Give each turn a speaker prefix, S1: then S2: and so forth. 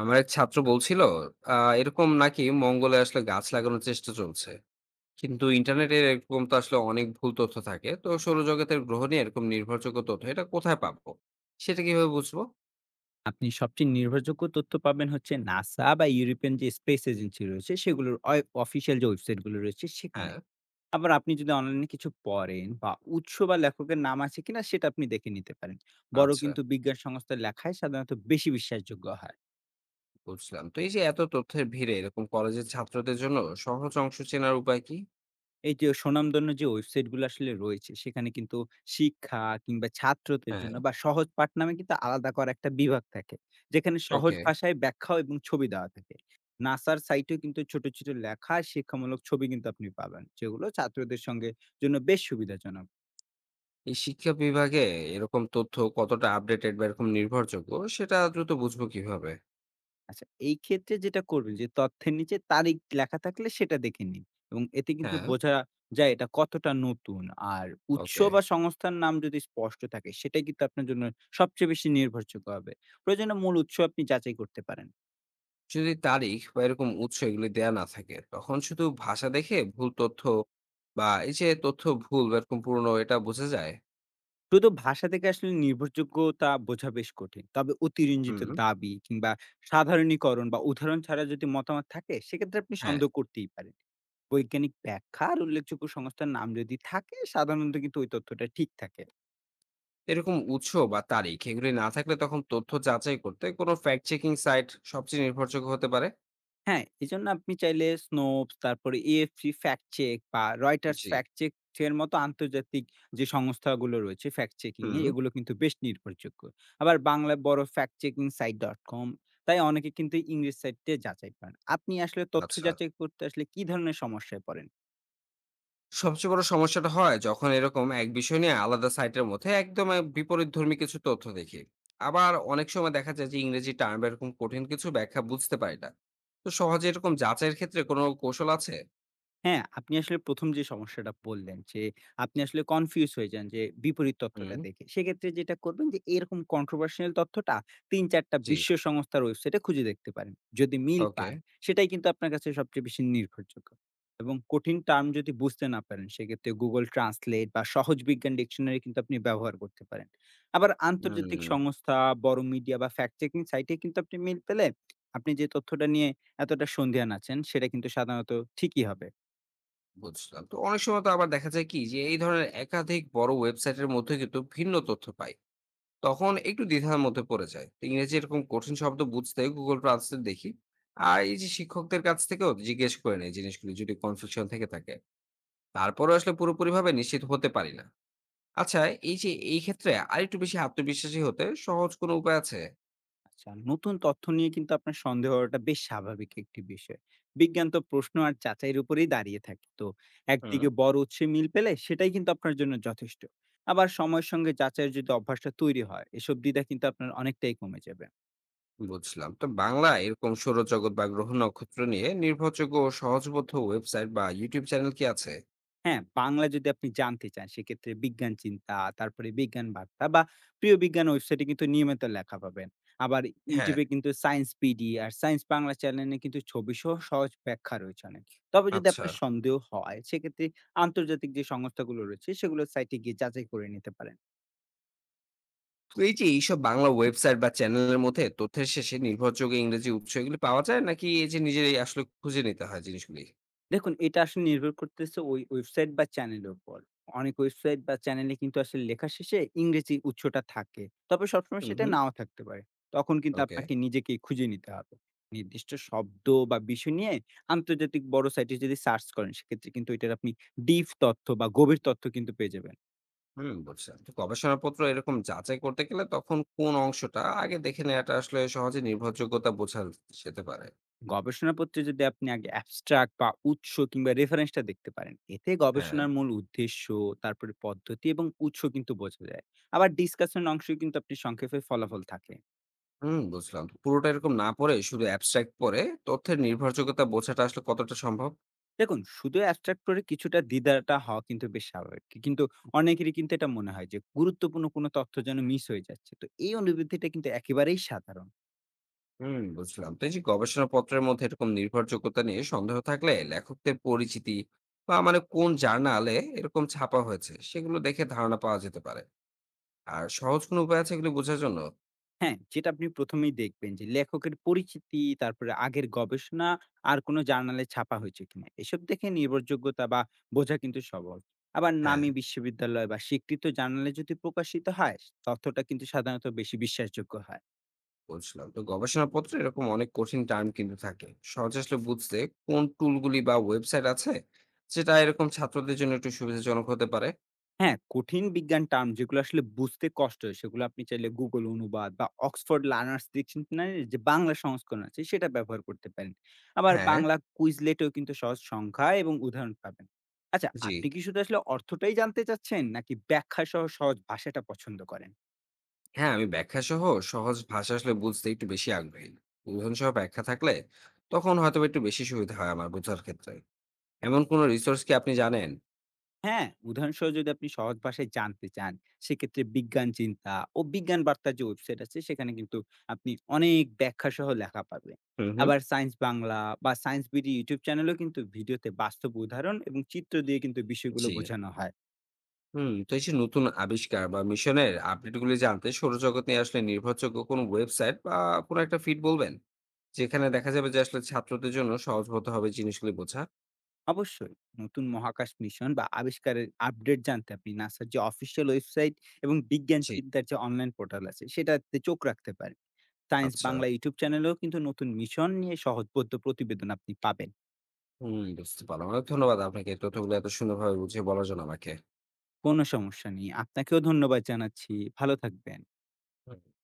S1: আমার এক ছাত্র বলছিল এরকম নাকি মঙ্গলে আসলে গাছ লাগানোর চেষ্টা চলছে। কিন্তু ইন্টারনেটে এরকম তো আসলে অনেক ভুল তথ্য থাকে, তো সৌরজগতের গ্রহ নিয়ে এরকম নির্ভরযোগ্য তথ্য এটা কোথায় পাবো? সেটা কিভাবে বুঝবো?
S2: আপনি সবচেয়ে নির্ভরযোগ্য তথ্য পাবেন হচ্ছে নাসা বা ইউরোপিয়ান যে স্পেস এজেন্সি রয়েছে সেগুলোর অফিসিয়াল যে ওয়েবসাইটগুলো রয়েছে সেখানে।
S1: হ্যাঁ।
S2: আবার আপনি যদি অনলাইনে কিছু পড়েন বা উৎস বা লেখকের নাম আছে কিনা সেটা আপনি দেখে নিতে পারেন। বড়
S1: আচ্ছা,
S2: কিন্তু বিজ্ঞান সংস্থার লেখায় সাধারণত বেশি বিশ্বাসযোগ্য হয়।
S1: বুঝলাম। তো এই যে এত তথ্যের ভিড়ে এরকম কলেজের ছাত্রদের জন্য সহজ অংশ চেনার উপায় কি?
S2: এই যে স্বনামধন্য যে ওয়েবসাইটগুলো আসলে রয়েছে, সেখানে কিন্তু শিক্ষা কিংবা ছাত্রদের
S1: হ্যাঁ।
S2: জন্য বা সহজ পাঠ নামে কিন্তু আলাদা করা একটা বিভাগ থাকে। যেখানে সহজ
S1: ওকে।
S2: ভাষায় ব্যাখ্যা এবং ছবি দেওয়া থাকে। নাসার সাইটেও কিন্তু ছোট, ছোট লেখা শিক্ষামূলক ছবি কিন্তু আপনি পাবেন। যেগুলো ছাত্রদের সঙ্গে জন্য বেশ সুবিধাজনক।
S1: এই শিক্ষা বিভাগে এরকম তথ্য কতটা আপডেটেড বা এরকম নির্ভরযোগ্য, সেটা দ্রুত বুঝবো কিভাবে?
S2: আচ্ছা, এই ক্ষেত্রে যেটা করবেন যে তথ্যের নিচে তারিখ লেখা থাকলে সেটা দেখে নিন এবং এতে কিন্তু
S1: হ্যাঁ।
S2: বোঝা যায় এটা কতটা নতুন। আর উৎস
S1: ওকে।
S2: বা সংস্থার নাম যদি স্পষ্ট থাকে সেটাই কিন্তু আপনার জন্য সবচেয়ে বেশি নির্ভরযোগ্য হবে। প্রয়োজনে মূল উৎস আপনি যাচাই করতে পারেন।
S1: যদি তারিখ বা এরকম উৎস এগুলি দেয়া না থাকে, তখন শুধু ভাষা দেখে ভুল তথ্য বা এই যে তথ্য ভুল বা এরকম পুরনো, এটা বোঝা যায়?
S2: শুধু ভাষা থেকে আসলে নির্ভরযোগ্যতা বোঝা বেশ কঠিন। তবে অতিরঞ্জিত
S1: হুম।
S2: দাবি কিংবা সাধারণীকরণ বা উদাহরণ ছাড়া যদি মতামত থাকে সেক্ষেত্রে আপনি
S1: হ্যাঁ।
S2: সন্দেহ করতেই পারেন। বৈজ্ঞানিক ব্যাখ্যা আর উল্লেখযোগ্য সংস্থার নাম যদি থাকে সাধারণত কিন্তু ওই তথ্যটা ঠিক থাকে।
S1: এরকম উৎস বা তারিখ এগুলি না থাকলে তখন তথ্য যাচাই করতে কোনো ফ্যাক্ট চেকিং সাইট সবচেয়ে নির্ভরযোগ্য হতে পারে?
S2: হ্যাঁ, এজন্য আপনি চাইলে Snopes তারপরে AFC Fact Check বা Reuters
S1: জি।
S2: Fact Check এর মতো আন্তর্জাতিক যে সংস্থাগুলো রয়েছে ফ্যাক্ট চেকিং এ
S1: হুম।
S2: এগুলো কিন্তু বেশ নির্ভরযোগ্য। আবার বাংলায় বড় fact checking site .com তাই অনেকে কিন্তু ইংরেজি সাইটে যাচাই পান। আপনি আসলে তথ্য
S1: আচ্ছা,
S2: যাচাই করতে আসলে কি ধরনের সমস্যায় পড়েন?
S1: সবচেয়ে বড় সমস্যাটা হয় যখন এরকম এক বিষয় নিয়ে আলাদা সাইটের মধ্যে একদম বিপরীত ধর্মী কিছু তথ্য দেখি। আবার অনেক সময় দেখা যায় যে ইংরেজি টার্ম এরকম কঠিন কিছু ব্যাখ্যা বুঝতে পারি না। তো সহজে এরকম যাচাইয়ের ক্ষেত্রে কোনো কৌশল আছে?
S2: হ্যাঁ, আপনি আসলে ১ম যে সমস্যাটা বললেন যে, আপনি আসলে কনফিউজ হয়ে যান যে বিপরীত তথ্যটা
S1: হুম।
S2: দেখে। সেক্ষেত্রে যেটা করবেন যে এরকম কন্ট্রোভার্সিয়াল তথ্যটা ৩-৪ টা
S1: জি।
S2: বিশ্ব সংস্থার ওয়েবসাইটে খুঁজে দেখতে পারেন। যদি মিল
S1: ওকে।
S2: পান, সেটাই কিন্তু আপনার কাছে সবচেয়ে বেশি নির্ভরযোগ্য। এবং কঠিন টার্ম যদি বুঝতে না পারেন, সেক্ষেত্রে Google Translate বা সহজ বিজ্ঞান ডিকশনারি কিন্তু আপনি ব্যবহার করতে পারেন। আবার আন্তর্জাতিক
S1: হুম,
S2: সংস্থা, বড় মিডিয়া বা ফ্যাক্ট চেকিং সাইটে কিন্তু আপনি মিল পেলে, আপনি যে তথ্যটা নিয়ে এতটা সন্দিহান আছেন, সেটা কিন্তু সাধারণত ঠিকই হবে।
S1: বুঝলাম। তো অনেক সময় তো আবার দেখা যায় কি যে এই ধরনের একাধিক বড় ওয়েবসাইটের মধ্যে কিন্তু ভিন্ন তথ্য পাই, তখন একটু দ্বিধার মধ্যে পড়ে যায়। তো ইংরেজি এরকম কঠিন শব্দ বুঝতে Google Translate দেখি। আর এই যে শিক্ষকদের কাছ থেকেও জিজ্ঞেস করে নেই জিনিসগুলি যদি কনফিউশন থেকে থাকে। তারপরেও আসলে পুরোপুরিভাবে নিশ্চিত হতে পারি না। আচ্ছা, এই যে এই ক্ষেত্রে আরেকটু বেশি আত্মবিশ্বাসী হতে সহজ কোনো উপায় আছে?
S2: আচ্ছা, নতুন তথ্য নিয়ে কিন্তু আপনার সন্দেহ হওয়াটা বেশ স্বাভাবিক একটি বিষয়। বিজ্ঞান তো প্রশ্ন আর যাচাইয়ের উপরেই দাঁড়িয়ে থাকে। তো
S1: হুম।
S2: একদিকে বড় উৎসে মিল পেলে সেটাই কিন্তু আপনার জন্য যথেষ্ট। আবার সময়ের সঙ্গে যাচাইয়ের যদি অভ্যাসটা তৈরি হয়, এসব দ্বিধা কিন্তু আপনার অনেকটাই কমে যাবে।
S1: বুঝলাম। তো বাংলা এরকম সৌরজগৎ বা গ্রহ নক্ষত্র নিয়ে নির্ভরযোগ্য ও সহজবোধ্য ওয়েবসাইট বা YouTube চ্যানেল কি আছে?
S2: হ্যাঁ, বাংলা যদি আপনি জানতে চান সেক্ষেত্রে বিজ্ঞান চিন্তা, তারপরে বিজ্ঞান বার্তা বা প্রিয় বিজ্ঞান ওয়েবসাইটে কিন্তু নিয়মিত লেখা পাবেন। আবার
S1: হ্যাঁ।
S2: YouTube এ কিন্তু সায়েন্স পিডি আর সায়েন্স বাংলা চ্যানেলে কিন্তু ছবিসহ সহজ ব্যাখ্যা রয়েছে অনেক। তবে যদি
S1: আচ্ছা।
S2: আপনার সন্দেহ হয় সেক্ষেত্রে আন্তর্জাতিক যে সংস্থাগুলো রয়েছে সেগুলোর সাইটে গিয়ে যাচাই করে নিতে পারেন।
S1: তো এই যে এইসব বাংলা ওয়েবসাইট বা চ্যানেলের মধ্যে তথ্যের শেষে নির্ভরযোগ্য ইংরেজি উৎস এগুলি পাওয়া যায়, নাকি এই যে নিজেরাই আসলে খুঁজে নিতে হয় জিনিসগুলি?
S2: দেখুন, এটা আসলে নির্ভর করতেছে ওই ওয়েবসাইট বা চ্যানেলের উপর। অনেক ওয়েবসাইট বা চ্যানেলে কিন্তু আসলে লেখা শেষে ইংরেজি উচ্চটা থাকে। তবে সবসময়
S1: হুম
S2: সেটা
S1: হুম।
S2: নাও থাকতে পারে। তখন কিন্তু
S1: ওকে।
S2: আপনাকে নিজেকেই খুঁজে নিতে হবে। নির্দিষ্ট শব্দ বা বিষয় নিয়ে আন্তর্জাতিক বড় সাইটে যদি সার্চ করেন, সেক্ষেত্রে কিন্তু এটার আপনি ডিপ তথ্য বা গভীর তথ্য কিন্তু পেয়ে যাবেন।
S1: হুম, বুঝলাম। তো গবেষণাপত্র এরকম যাচাই করতে গেলে তখন কোন অংশটা আগে দেখে নেওয়াটা আসলে সহজে নির্ভরযোগ্যতা বোঝা যেতে পারে?
S2: গবেষণাপত্রে যদি আপনি আগে অ্যাবস্ট্রাক্ট বা উৎস কিংবা রেফারেন্সটা দেখতে পারেন এতে
S1: হ্যাঁ।
S2: গবেষণার মূল উদ্দেশ্য তারপরে পদ্ধতি এবং উৎস কিন্তু বোঝা যায়। আবার ডিসকাশন অংশ কিন্তু আপনি সংক্ষেপে ফলাফল থাকে।
S1: হুম, বুঝলাম। পুরোটা এরকম না পড়ে শুধু অ্যাবস্ট্রাক্ট পড়ে তথ্যের নির্ভরযোগ্যতা বোঝাটা আসলে কতটা সম্ভব?
S2: দেখুন শুধু অ্যাবস্ট্রাক্ট পড়ে কিছুটা দ্বিধাটা হওয়া কিন্তু বেশ স্বাভাবিক কিন্তু অনেকেরই কিন্তু এটা মনে হয় যে গুরুত্বপূর্ণ কোনো তথ্য যেন মিস হয়ে যাচ্ছে, তো এই অনুভূতিটা কিন্তু একেবারেই সাধারণ।
S1: হুম, বুঝলাম। তো এই যে গবেষণাপত্রের মধ্যে এরকম নির্ভরযোগ্যতা নিয়ে সন্দেহ থাকলে লেখকদের পরিচিতি বা মানে কোন জার্নালে এরকম ছাপা হয়েছে সেগুলো দেখে ধারণা পাওয়া যেতে পারে। আর সহজ কোনো উপায় আছে এগুলো বোঝার জন্য?
S2: হ্যাঁ, যেটা আপনি ১ম এই দেখবেন যে লেখকের পরিচিতি, তারপরে আগের গবেষণা আর কোনো জার্নালে ছাপা হয়েছে কিনা। এসব দেখে নির্ভরযোগ্যতা বা বোঝা কিন্তু সহজ। আবার
S1: হ্যাঁ।
S2: নামী বিশ্ববিদ্যালয় বা স্বীকৃত জার্নালে যদি প্রকাশিত হয়, তথ্যটা কিন্তু সাধারণত বেশি বিশ্বাসযোগ্য হয়।
S1: বুঝলাম। তো গবেষণাপত্রে এরকম অনেক কঠিন টার্ম কিন্তু থাকে, সহজ আসলে বুঝতে কোন টুলগুলি বা ওয়েবসাইট আছে যেটা এরকম ছাত্রদের জন্য একটু সুবিধাজনক হতে পারে?
S2: হ্যাঁ, কঠিন বিজ্ঞান টার্ম যেগুলো আসলে বুঝতে কষ্ট হয়, সেগুলো আপনি চাইলে Google অনুবাদ বা Oxford Learners Dictionary এর যে বাংলা সংস্করণ আছে, সেটা ব্যবহার করতে পারেন। আবার
S1: হ্যাঁ।
S2: বাংলা কুইজলেটেও কিন্তু সহজ সংখ্যা এবং উদাহরণ পাবেন। আচ্ছা,
S1: জি।
S2: আপনি কি শুধু আসলে অর্থটাই জানতে চাচ্ছেন, নাকি ব্যাখ্যা সহ সহজ ভাষাটা পছন্দ করেন?
S1: হ্যাঁ, আমি ব্যাখ্যা সহ সহজ ভাষা আসলে বুঝতে একটু বেশি আগ্রহী। উদাহরণ সহ ব্যাখ্যা থাকলে তখন হয়তো একটু বেশি সুবিধা হয় আমার বোঝার ক্ষেত্রে। এমন কোনো রিসোর্স কি আপনি জানেন?
S2: হ্যাঁ উদাহরণসহ যদি আপনি সহজ ভাষায় জানতে চান সেক্ষেত্রে বিজ্ঞান চিন্তা ও বিজ্ঞান বার্তা যে ওয়েবসাইট আছে সেখানে কিন্তু আপনি অনেক ব্যাখ্যা সহ লেখা পাবেন।
S1: হুম হুম।
S2: আবার সায়েন্স বাংলা বা সায়েন্স বিডি ইউটিউব চ্যানেলেও কিন্তু ভিডিওতে বাস্তব উদাহরণ এবং চিত্র দিয়ে কিন্তু বিষয়গুলো
S1: জি।
S2: বোঝানো হয়।
S1: হুম, তো এই যে নতুন আবিষ্কার বা মিশনের আপডেটগুলি জানতে সৌরজগৎ নিয়ে আসলে নির্ভরযোগ্য কোনো ওয়েবসাইট বা কোনো একটা ফিড বলবেন, যেখানে দেখা যাবে যে আসলে ছাত্রদের জন্য সহজ হতে হবে জিনিসগুলি বোঝা?
S2: অবশ্যই নতুন মহাকাশ মিশন বা আবিষ্কারের আপডেট জানতে আপনি নাসার যে অফিসিয়াল ওয়েবসাইট এবং বিজ্ঞান
S1: জি।
S2: চিন্তার যে অনলাইন পোর্টাল আছে সেটাতে চোখ রাখতে পারেন। সায়েন্স
S1: আচ্ছা।
S2: বাংলা ইউটিউব চ্যানেলেও কিন্তু নতুন মিশন নিয়ে সহজবোধ্য প্রতিবেদন আপনি পাবেন।
S1: হুম, বুঝতে পারলাম। অনেক ধন্যবাদ আপনাকে এই তথ্যগুলো এত সুন্দরভাবে বুঝিয়ে বলার জন্য আমাকে।
S2: কোনো সমস্যা নেই। আপনাকেও ধন্যবাদ জানাচ্ছি। ভালো থাকবেন।